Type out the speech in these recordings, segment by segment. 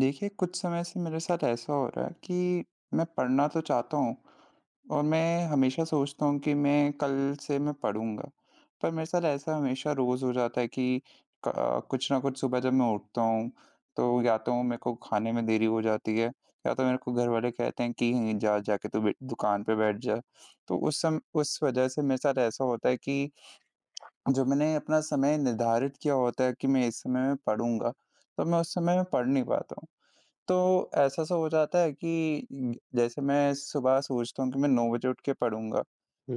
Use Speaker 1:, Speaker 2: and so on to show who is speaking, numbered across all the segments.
Speaker 1: देखिए, कुछ समय से मेरे साथ ऐसा हो रहा है कि मैं पढ़ना तो चाहता हूँ और मैं हमेशा सोचता हूँ कि मैं कल से मैं पढ़ूँगा। पर मेरे साथ ऐसा हमेशा रोज़ हो जाता है कि कुछ न कुछ सुबह जब मैं उठता हूँ, तो या तो मेरे को खाने में देरी हो जाती है या तो मेरे को घरवाले कहते हैं कि "नहीं, जा जाके तू बे दुकान पे बैठ जा।" तो उस वज़ह से मेरे साथ ऐसा होता है कि जो मैंने अपना समय निर्धारित किया होता है कि मैं इस समय में पढ़ूँगा, तो मैं उस समय में पढ़ नहीं पाता हूँ। तो ऐसा सा हो जाता है कि जैसे मैं सुबह सोचता हूँ कि मैं 9 बजे उठ के पढ़ूँगा,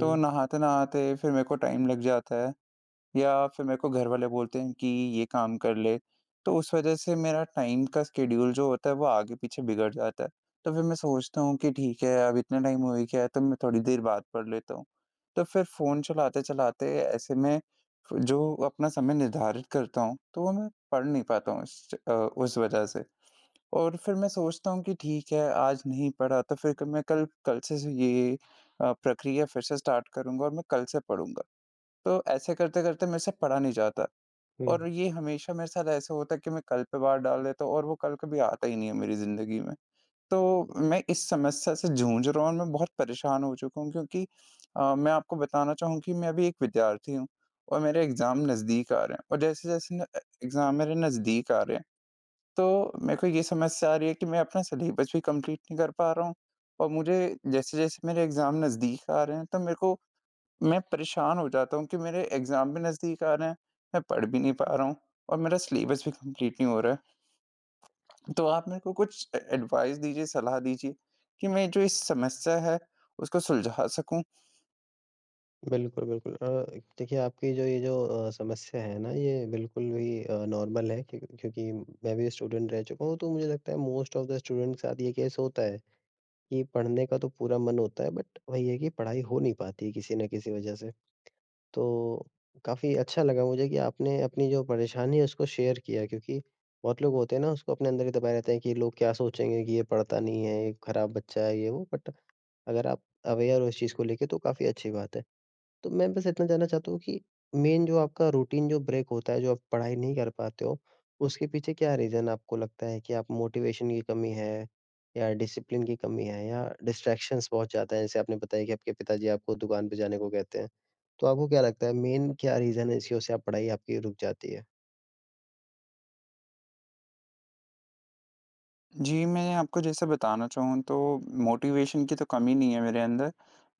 Speaker 1: तो नहाते-नहाते फिर मेरे को टाइम लग जाता है या फिर मेरे को घर वाले बोलते हैं कि ये काम कर ले, तो उस वजह से मेरा टाइम का शेड्यूल जो होता है वो आगे-पीछे बिगड़ जाता है। तो फिर मैं सोचता हूँ कि ठीक है, अब इतना टाइम हो ही गया है तो मैं थोड़ी देर बाद पढ़ लेता हूँ। तो फिर फ़ोन चलाते-चलाते ऐसे में जो अपना समय निर्धारित करता हूँ, तो वो मैं पढ़ नहीं पाता हूँ उस वजह से। और फिर मैं सोचता हूँ कि ठीक है, आज नहीं पढ़ा तो फिर क मैं कल कल से ज़ ये प्रक्रिया फिर से स्टार्ट करूँगा और मैं कल से पढ़ूँगा। तो ऐसे करते-करते मेरे से पढ़ा नहीं जाता
Speaker 2: हुँ।
Speaker 1: और ये हमेशा मेरे साथ ऐसा होता है कि मैं कल पे भार डाल देता हूँ और वो कल कभी आता ही नहीं है मेरी ज़िंदगी में। तो मैं इस समस्या से जूझ रहा हूँ और मैं बहुत परेशान हो चुका हूँ, क्योंकि मैं आपको बताना चाहूँ कि मैं अभी एक विद्यार्थी हूँ और मेरे एग्ज़ाम नज़दीक आ रहे हैं। और जैसे-जैसे न अ, एग्ज़ाम मेरे नज़दीक आ रहे हैं, तो मेरे को ये समस्या आ रही है कि मैं अपना सिलेबस भी कंप्लीट नहीं कर पा रहा हूँ। और मुझे जैसे-जैसे मेरे एग्ज़ाम नज़दीक आ रहे हैं, तो मेरे को मैं परेशान हो जाता हूँ कि मेरे एग्ज़ाम भी नज़दीक आ रहे हैं, मैं पढ़ भी नहीं पा रहा हूँ और मेरा सिलेबस भी कंप्लीट नहीं हो रहा है। तो आप मेरे को कुछ ए एडवाइस दीजिए, सलाह दीजिए कि मैं जो इस समस्या है, उसको सुलझा सकूँ।
Speaker 2: बिल्कुल, बिल्कुल देखिए, आपकी जो ये समस्या है ना, ये बिल्कुल भी नॉर्मल है क्योंकि मैं भी स्टूडेंट रह चुका हूँ, तो मुझे लगता है मोस्ट ऑफ द स्टूडेंट के साथ ये केस होता है कि पढ़ने का तो पूरा मन होता है, बट वही है कि पढ़ाई हो नहीं पाती है किसी न किसी वजह से। तो काफ़ी अच्छा लगा मुझे कि आपने अपनी जो परेशानी है उसको शेयर किया, क्योंकि बहुत लोग होते हैं ना, उसको अपने अंदर ही दबाए रहते हैं कि लोग क्या सोचेंगे कि ये पढ़ता नहीं है, ये खराब बच्चा है, ये वो। बट अगर आप अवेयर हो इस चीज़ को लेके, तो काफ़ी अच्छी बात है। तो मैं बस इतना जानना चाहता हूँ कि मेन जो आपका रूटीन जो ब्रेक होता है, जो आप पढ़ाई नहीं कर पाते हो, उसके पीछे क्या रीज़न आपको लगता है कि आप मोटिवेशन की कमी है या डिसिप्लिन की कमी है या डिस्ट्रैक्शंस बहुत ज़्यादा हैं? जैसे आपने बताया कि आपके पिताजी आपको दुकान पे जाने को कहते हैं। तो आपको क्या लगता है मेन क्या रीज़न है, इसकी वजह से आप पढ़ाई आपकी रुक जाती है?
Speaker 1: जी, मैं आपको जैसे बताना चाहूँ तो मोटिवेशन की तो कमी नहीं है मेरे अंदर।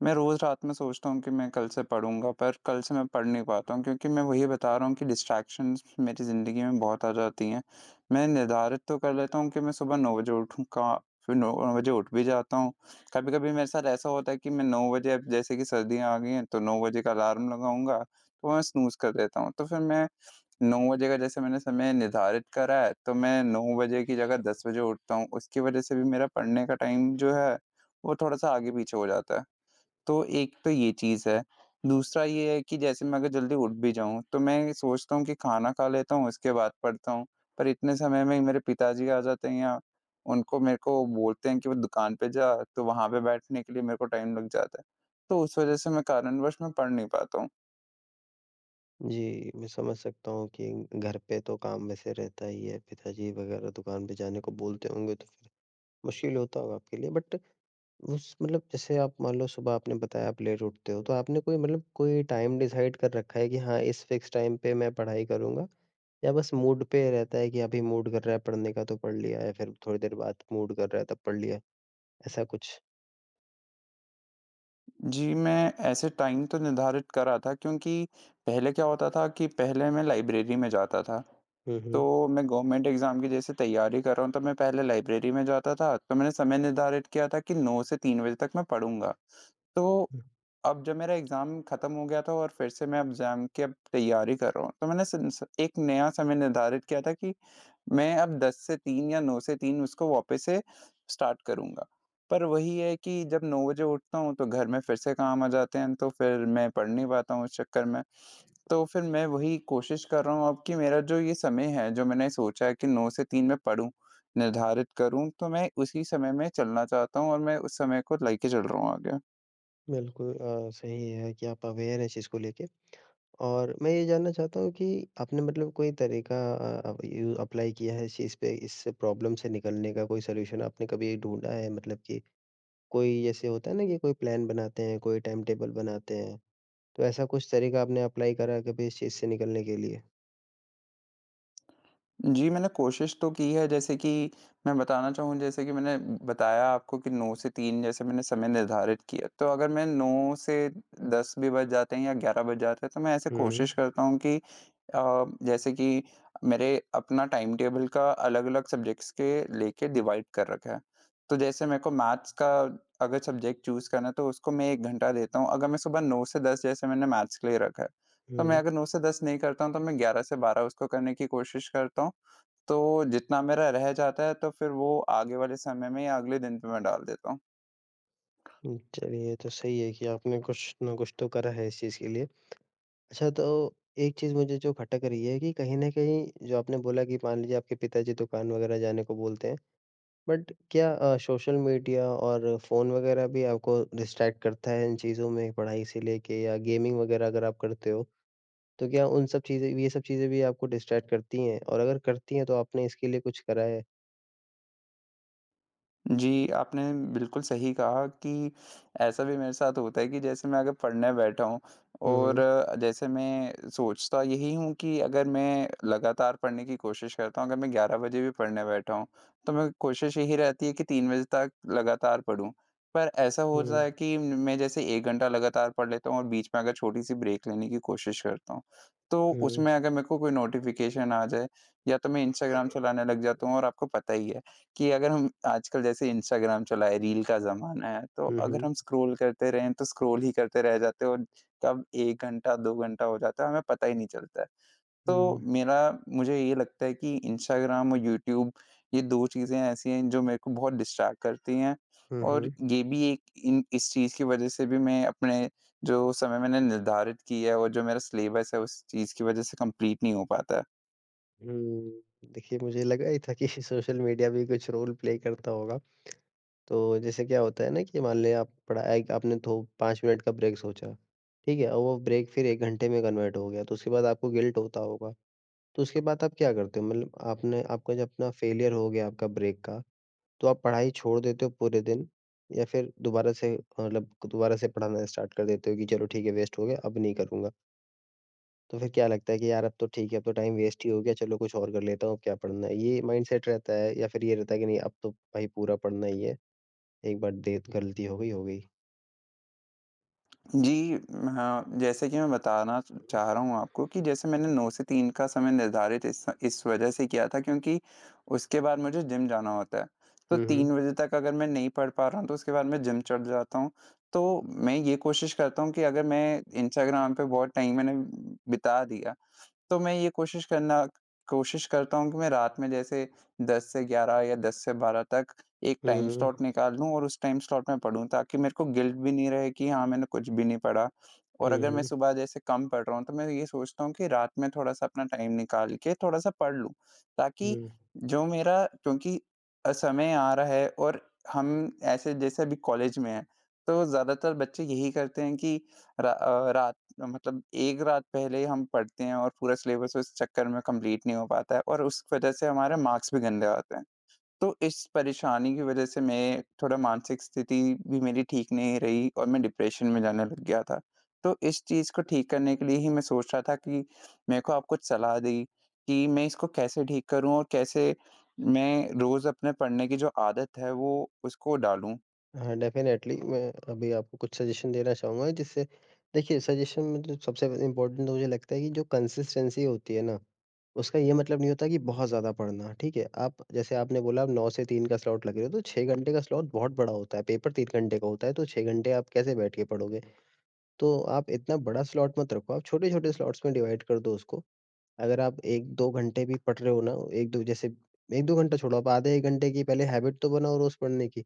Speaker 1: मैं रोज़ रात में सोचता हूँ कि मैं कल से पढ़ूँगा, पर कल से मैं पढ़ नहीं पाता हूँ, क्योंकि मैं वही बता रहा हूँ कि डिस्ट्रैक्शंस मेरी ज़िंदगी में बहुत आ जाती हैं। मैं निर्धारित तो कर लेता हूँ कि मैं सुबह 9 बजे उठूँगा, फिर 9 बजे उठ भी जाता हूँ। कभी-कभी मेरे साथ ऐसा होता है कि मैं 9 बजे, अब जैसे कि सर्दियाँ आ गई हैं तो 9 बजे का अलार्म लगाऊँगा, तो मैं स्नूज़ कर देता हूँ। तो फिर मैं 9 बजे का जैसे मैंने समय निर्धारित करा है, तो मैं 9 बजे की जगह 10 बजे उठता हूँ, उसकी वजह से भी मेरा पढ़ने का टाइम जो है, वो थोड़ा-सा आगे-पीछे हो जाता है। तो एक तो ये चीज़ है, दूसरा ये है कि जैसे मैं अगर जल्दी उठ भी जाऊँ, तो मैं सोचता हूँ कि खाना खा लेता हूँ, उसके बाद पढ़ता हूँ, पर इतने समय में ही मेरे पिताजी आ जाते हैं यहाँ, उनको मेरे को बोलते हैं कि वो दुकान पे जा, तो वहाँ पे बैठने के लिए मेरे को टाइम लग जाता है। तो उस वजह से मैं कारणवश मैं पढ़ नहीं पाता हूँ।
Speaker 2: जी, मैं समझ सकता हूँ कि घर पे तो काम वैसे रहता ही है, पिताजी वगैरह दुकान पे जाने को बोलते होंगे तो फिर मुश्किल होता होगा आपके लिए। बट उस मतलब जैसे आप मान लो, सुबह आपने बताया आप लेट उठते हो, तो आपने कोई मतलब कोई टाइम डिसाइड कर रखा है कि हाँ, इस फिक्स टाइम पे मैं पढ़ाई करूँगा? या बस मूड पे रहता है कि अभी मूड कर रहा है पढ़ने का तो पढ़ लिया, या फिर थोड़ी देर बाद मूड कर रहा है तब पढ़ लिया, ऐसा कुछ?
Speaker 1: जी, मैं ऐसे टाइम तो निर्धारित करा था, क्योंकि पहले क्या होता था कि पहले मैं लाइब्रेरी में जाता था।
Speaker 2: हुँ, हुँ।
Speaker 1: तो मैं गवर्नमेंट एग्ज़ाम की जैसे तैयारी कर रहा हूँ, तो मैं पहले लाइब्रेरी में जाता था। तो मैंने समय निर्धारित किया था कि 9 से 3 बजे तक मैं पढ़ूँगा। तो
Speaker 2: हुँ,
Speaker 1: अब जब मेरा एग्ज़ाम खत्म हो गया था और फिर से मैं एग्ज़ाम की अब तैयारी कर रहा हूँ, तो मैंने सिंस एक नया समय निर्धारित किया था कि मैं अब 10 से 3 या 9 से 3 उसको वापस से स्टार्ट करूँगा। पर वही है कि जब 9 बजे उठता हूँ तो घर में फिर से काम आ जाते हैं, तो फिर मैं पढ़ नहीं पाता हूँ उस चक्कर में। तो फिर मैं वही कोशिश कर रहा हूँ अब कि मेरा जो ये समय है, जो मैंने सोचा है कि 9 से 3 मैं पढ़ूँ, निर्धारित करूँ, तो मैं उसी समय में चलना चाहता हूँ और मैं उस समय को लेके चल रहा हूँ आगे।
Speaker 2: बिल्कुल सही है कि आप अवेयर हैं इस चीज़ को लेके। और मैं ये जानना चाहता हूँ कि आपने मतलब कोई तरीका यू अप्लाई किया है इस चीज़ पे, इस प्रॉब्लम से निकलने का कोई सॉल्यूशन आपने कभी ढूँढा है, मतलब कि कोई जैसे होता है ना कि कोई प्लान बनाते हैं, कोई टाइम टेबल बनाते हैं, तो ऐसा कुछ तरीका आपने अप्लाई करा है कभी इस चीज़ से निकलने के लिए?
Speaker 1: जी, मैंने कोशिश तो की है, जैसे कि मैं बताना चाहूँ, जैसे कि मैंने बताया आपको कि 9 से 3 जैसे मैंने समय निर्धारित किया। तो अगर मैं 9 से 10 भी बज जाते हैं या 11 बज जाते हैं तो मैं ऐसे
Speaker 2: हुँ, हुँ।
Speaker 1: कोशिश करता हूँ कि जैसे कि मेरे अपना टाइम टेबल का अलग-अलग सब्जेक्ट्स के लेके डिवाइड कर रखा है। तो जैसे मेरे को मैथ्स का अगर सब्जेक्ट चूज़ करना है तो उसको मैं 1 घंटा देता हूँ। अगर मैं सुबह 9 से 10 जैसे मैंने मैथ्स के लिए रखा है, तो मैं
Speaker 2: हुँ,
Speaker 1: अगर 9 से 10 नहीं करता हूँ तो मैं 11 से 12 उसको करने की कोशिश करता हूँ। तो जितना मेरा रह जाता है तो फिर वो आगे वाले समय में या अगले दिन पे मैं डाल देता हूँ।
Speaker 2: हुँ, चलिए, ये तो सही है कि आपने कुछ ना कुछ तो करा है इस चीज़ के लिए। अच्छा, तो एक चीज़ मुझे जो खटक रही है कि कहीं न कहीं जो आपने बोला कि मान लीजिए आपके पिताजी दुकान वग़ैरह जाने को बोलते हैं, बट क्या सोशल मीडिया और फ़ोन वग़ैरह भी आपको डिस्ट्रैक्ट करता है इन चीज़ों में, पढ़ाई से लेके, या गेमिंग वग़ैरह अगर आप करते हो? तो क्या उन सब चीज़ें, ये सब चीज़ें भी आपको डिस्ट्रैक्ट करती हैं? और अगर करती हैं तो आपने इसके लिए कुछ करा है?
Speaker 1: जी, आपने बिल्कुल सही कहा कि ऐसा भी मेरे साथ होता है कि जैसे मैं अगर पढ़ने बैठा हूँ
Speaker 2: हुँ,
Speaker 1: और
Speaker 2: हुँ।
Speaker 1: जैसे मैं सोचता यही हूँ कि अगर मैं लगातार पढ़ने की कोशिश करता हूँ, अगर मैं 11 बजे भी पढ़ने बैठा हूँ, तो मैं कोशिश यही रहती है कि 3 बजे तक लगातार पढूँ। पर ऐसा
Speaker 2: हुँ,
Speaker 1: होता है कि मैं जैसे 1 घंटा लगातार पढ़ लेता हूँ और बीच में अगर छोटी-सी ब्रेक लेने की कोशिश करता हूँ, तो
Speaker 2: हुँ,
Speaker 1: उसमें अगर मेरे को कोई नोटिफ़िकेशन आ जाए या तो मैं इंस्टाग्राम चलाने लग जाता हूँ और आपको पता ही है, कि अगर हम आजकल जैसे इंस्टाग्राम चला है, रील का ज़माना है, तो
Speaker 2: हुँ,
Speaker 1: अगर
Speaker 2: हुँ,
Speaker 1: हम स्क्रॉल करते रहें, तो स्क्रॉल ही करते रह जाते हैं और कब 1 घंटा, 2 घंटा हो जाता है, हमें पता ही नहीं चलता है। तो
Speaker 2: हुँ,
Speaker 1: मेरा मुझे ये लगता है कि इंस्टाग्राम और यूट्यूब, ये 2 चीज़ें ऐसी हैं, जो मेरे को बहुत डिस्ट्रैक्ट करती हैं
Speaker 2: हुँ,
Speaker 1: और
Speaker 2: हुँ,
Speaker 1: ये भी एक इन इस चीज़ की वजह से भी मैं अपने जो समय मैंने निर्धारित किया है और जो मेरा सिलेबस है, उस चीज़ की वजह से कंप्लीट नहीं हो पाता है।
Speaker 2: हुँ। देखिए, मुझे लगा ही था कि सोशल मीडिया भी कुछ रोल प्ले करता होगा। तो जैसे क्या होता है ना, कि मान लें आप पढ़ाई आपने तो 5 मिनट का ब्रेक सोचा, ठीक है? और वो ब्रेक फिर 1 घंटे में कन्वर्ट हो गया, तो उसके बाद आपको गिल्ट होता होगा। तो उसके बाद आप क्या करते हो? मतलब आपने आपका जब अपना फेलियर हो गया आपका ब्रेक का, तो आप पढ़ाई छोड़ देते हो पूरे दिन, या फिर दोबारा से दोबारा से पढ़ाना स्टार्ट कर देते हो कि चलो ठीक है वेस्ट हो गया अब नहीं करूँगा? तो फिर क्या लगता है कि यार अब तो ठीक है, अब तो टाइम वेस्ट ही हो गया, चलो कुछ और कर लेता हूँ, अब क्या पढ़ना है? ये माइंडसेट रहता है, या फिर ये रहता है कि नहीं अब तो भाई पूरा पढ़ना ही है, एक बार दे गलती हो गई, हो गई?
Speaker 1: जी, हाँ, जैसे कि मैं बताना च चाह रहा हूँ आपको कि जैसे मैंने 9 से 3 का समय निर्धारित इस वजह से किया था, क्योंकि उसके बाद मुझे जिम जाना होता है। तो
Speaker 2: हुँ, हुँ।
Speaker 1: 3 बजे तक अगर मैं नहीं पढ़ पा रहा हूँ, तो उसके बाद मैं जिम चढ़ जाता हूँ। तो मैं ये कोशिश करता हूँ कि अगर मैं इंस्टाग्राम पे बहुत टाइम मैंने बिता दिया, तो मैं ये कोशिश करता हूँ कि मैं रात में जैसे 10 से 11 या 10 से 12 तक एक
Speaker 2: हुँ,
Speaker 1: टाइम
Speaker 2: हुँ।
Speaker 1: स्लॉट निकाल लूँ और उस टाइम स्लॉट में पढूँ, ताकि मेरे को गिल्ट भी नहीं रहे कि हाँ, मैंने कुछ भी नहीं पढ़ा। और
Speaker 2: हुँ,
Speaker 1: अगर मैं
Speaker 2: हुँ।
Speaker 1: सुबह जैसे कम पढ़ रहा हूँ, तो मैं ये सोचता हूँ कि रात में थोड़ा-सा अपना टाइम निकाल के थोड़ा-सा पढ़ लूँ, ताकि
Speaker 2: हुँ।
Speaker 1: जो मेरा, क्योंकि समय आ रहा है और हम ऐसे जैसे अभी कॉलेज में हैं, तो ज़्यादातर बच्चे यही करते हैं कि रात, मतलब एक रात पहले ही हम पढ़ते हैं और पूरा सिलेबस उस चक्कर में कंप्लीट नहीं हो पाता है और उस वजह से हमारे मार्क्स भी गंदे आते हैं। तो इस परेशानी की वजह से मैं थोड़ा मानसिक स्थिति भी मेरी ठीक नहीं रही और मैं डिप्रेशन में जाने लग गया था। तो इस चीज़ को ठीक करने के लिए ही मैं सोच रहा था कि मेरे को आप कुछ सलाह दें कि मैं इसको कैसे ठीक करूँ और कैसे मैं रोज़ अपने पढ़ने की जो आदत है वो उसको डालूँ?
Speaker 2: हाँ, डेफ़िनेटली मैं अभी आपको कुछ सजेशन देना चाहूँगा जिससे। देखिए, सजेशन में जो सबसे इम्पोर्टेंट मुझे लगता है कि जो कंसिस्टेंसी होती है ना, उसका ये मतलब नहीं होता कि बहुत ज़्यादा पढ़ना, ठीक है? आप जैसे आपने बोला आप 9 से 3 का स्लॉट लग रहे हो, तो 6 घंटे का स्लॉट बहुत बड़ा होता है, पेपर 3 घंटे का होता है, तो 6 घंटे आप कैसे बैठ के पढ़ोगे? तो आप इतना बड़ा स्लॉट मत रखो, आप छोटे-छोटे स्लॉट्स में डिवाइड कर दो उसको। अगर आप 1-2 घंटे भी पढ़ रहे हो ना, 1-2 जैसे 1-2 घंटा छोड़ो, आप आधे 1 घंटे की पहले हैबिट तो बनाओ रोज़ पढ़ने की।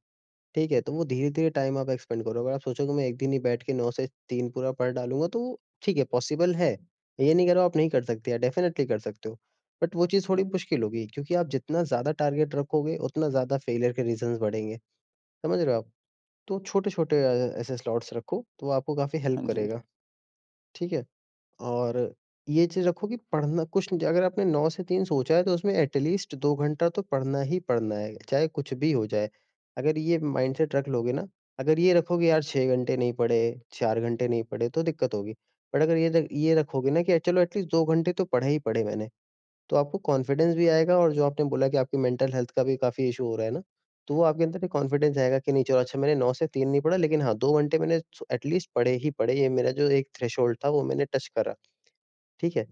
Speaker 2: ठीक है, तो वो धीरे-धीरे टाइम आप एक्सपेंड करो। अगर आप सोचो कि मैं एक दिन ही बैठ के 9 से 3 पूरा पढ़ डालूँगा, तो ठीक है, पॉसिबल है। ये नहीं कह रहा हूँ आप नहीं कर सकते, या डेफ़िनेटली कर सकते हो। बट वो चीज़
Speaker 1: जी।
Speaker 2: थोड़ी मुश्किल होगी क्योंकि आप जितना ज़्यादा टारगेट रखोगे, उतना ज़्यादा फेलियर के रीज़न्स बढ़ेंगे। समझ रहे हो आप? तो छोटे-छोटे ऐसे स्लॉट्स रखो, तो वो आपको काफ़ी हेल्प
Speaker 1: हाँ जी।
Speaker 2: करेगा। ठीक है? और ये चीज़ रखो कि पढ़ना कुछ नहीं- अगर आपने 9 से 3 सोचा है तो उसमें एट लीस्ट 2 घंटा तो पढ़ना ही पढ़ना है, चाहे कुछ भी हो जाए। अगर ये माइंडसेट रख लोगे ना, अगर ये रखोगे यार 6 घंटे नहीं पढ़े, 4 घंटे नहीं पढ़े, तो दिक्कत होगी। बट अगर ये रखोगे ना कि चलो एट लीस्ट 2 घंटे तो पढ़े ही पढ़े मैंने, तो आपको कॉन्फिडेंस भी आएगा, और जो आपने बोला कि आपकी मेंटल हेल्थ का भी काफ़ी इश्यू हो रहा है ना, तो वो आपके अंदर एक कॉन्फिडेंस आएगा कि नहीं चलो, अच्छा मैंने 9 से 3 नहीं पढ़ा लेकिन हाँ, 2 घंटे मैंने एट लीस्ट पढ़े ही पढ़े। ये मेरा जो एक थ्रेशोल्ड था वो मैंने टच करा। ठीक है?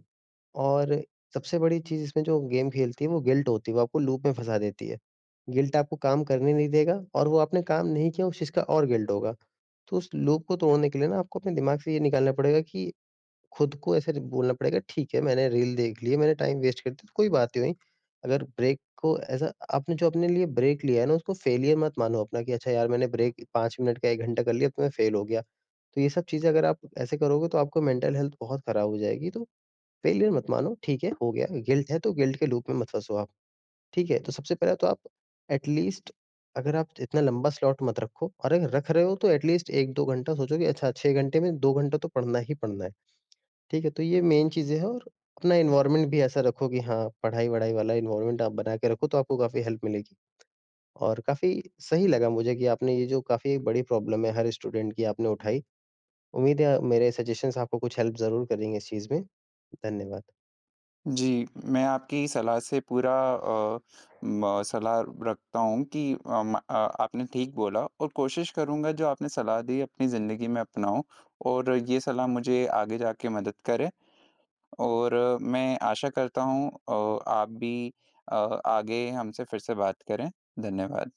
Speaker 2: और सबसे बड़ी चीज़ इसमें जो गेम खेलती है वो गिल्ट होती है, वो आपको लूप में फँसा देती है। गिल्ट आपको काम करने नहीं देगा, और वो आपने काम नहीं किया उस चीज़ का और गिल्ट होगा। तो उस लूप को तोड़ने के लिए ना आपको अपने दिमाग से ये निकालना पड़ेगा कि, खुद को ऐसे बोलना पड़ेगा, ठीक है मैंने रील देख ली है, मैंने टाइम वेस्ट कर दिया तो कोई बात नहीं हुई। अगर ब्रेक को ऐसा, आपने जो अपने लिए ब्रेक लिया है ना, उसको फेलियर मत मानो अपना कि अच्छा यार मैंने ब्रेक 5 मिनट का 1 घंटा कर लिया तो मैं फेल हो गया। तो ये सब चीज़ें अगर आप ऐसे करोगे तो आपको मेंटल हेल्थ बहुत खराब हो जाएगी, तो फेलियर मत मानो, ठीक है, हो गया, गिल्ट है तो गिल्ट के लूप में मत फँसो आप, ठीक है? तो सबसे पहले तो आप एटलीस्ट, अगर आप इतना लंबा स्लॉट मत रखो, और अगर रख रहे हो तो एटलीस्ट 1-2 घंटा सोचो कि अच्छा 6 घंटे में 2 घंटा तो पढ़ना ही पढ़ना है, ठीक है? तो ये मेन चीज़ें हैं, और अपना एनवायरनमेंट भी ऐसा रखो कि हाँ, पढ़ाई-वढ़ाई वाला एनवायरनमेंट आप बना के रखो, तो आपको काफ़ी हेल्प मिलेगी। और काफ़ी सही लगा मुझे कि आपने ये जो काफ़ी बड़ी प्रॉब्लम है हर स्टूडेंट की आपने उठाई। उम्मीद है मेरे सजेशंस आपको कुछ हेल्प ज़रूर करेंगे इस चीज़ में। धन्यवाद।
Speaker 1: जी, मैं आपकी सलाह से पूरा अ, म सलाह रखता हूँ कि आपने ठीक बोला और कोशिश करूँगा जो आपने सलाह दी अपनी ज़िंदगी में अपनाऊँ और ये सलाह मुझे आगे जाके मदद करे और मैं आशा करता हूँ आप भी अ, आगे हमसे फिर से बात करें। धन्यवाद।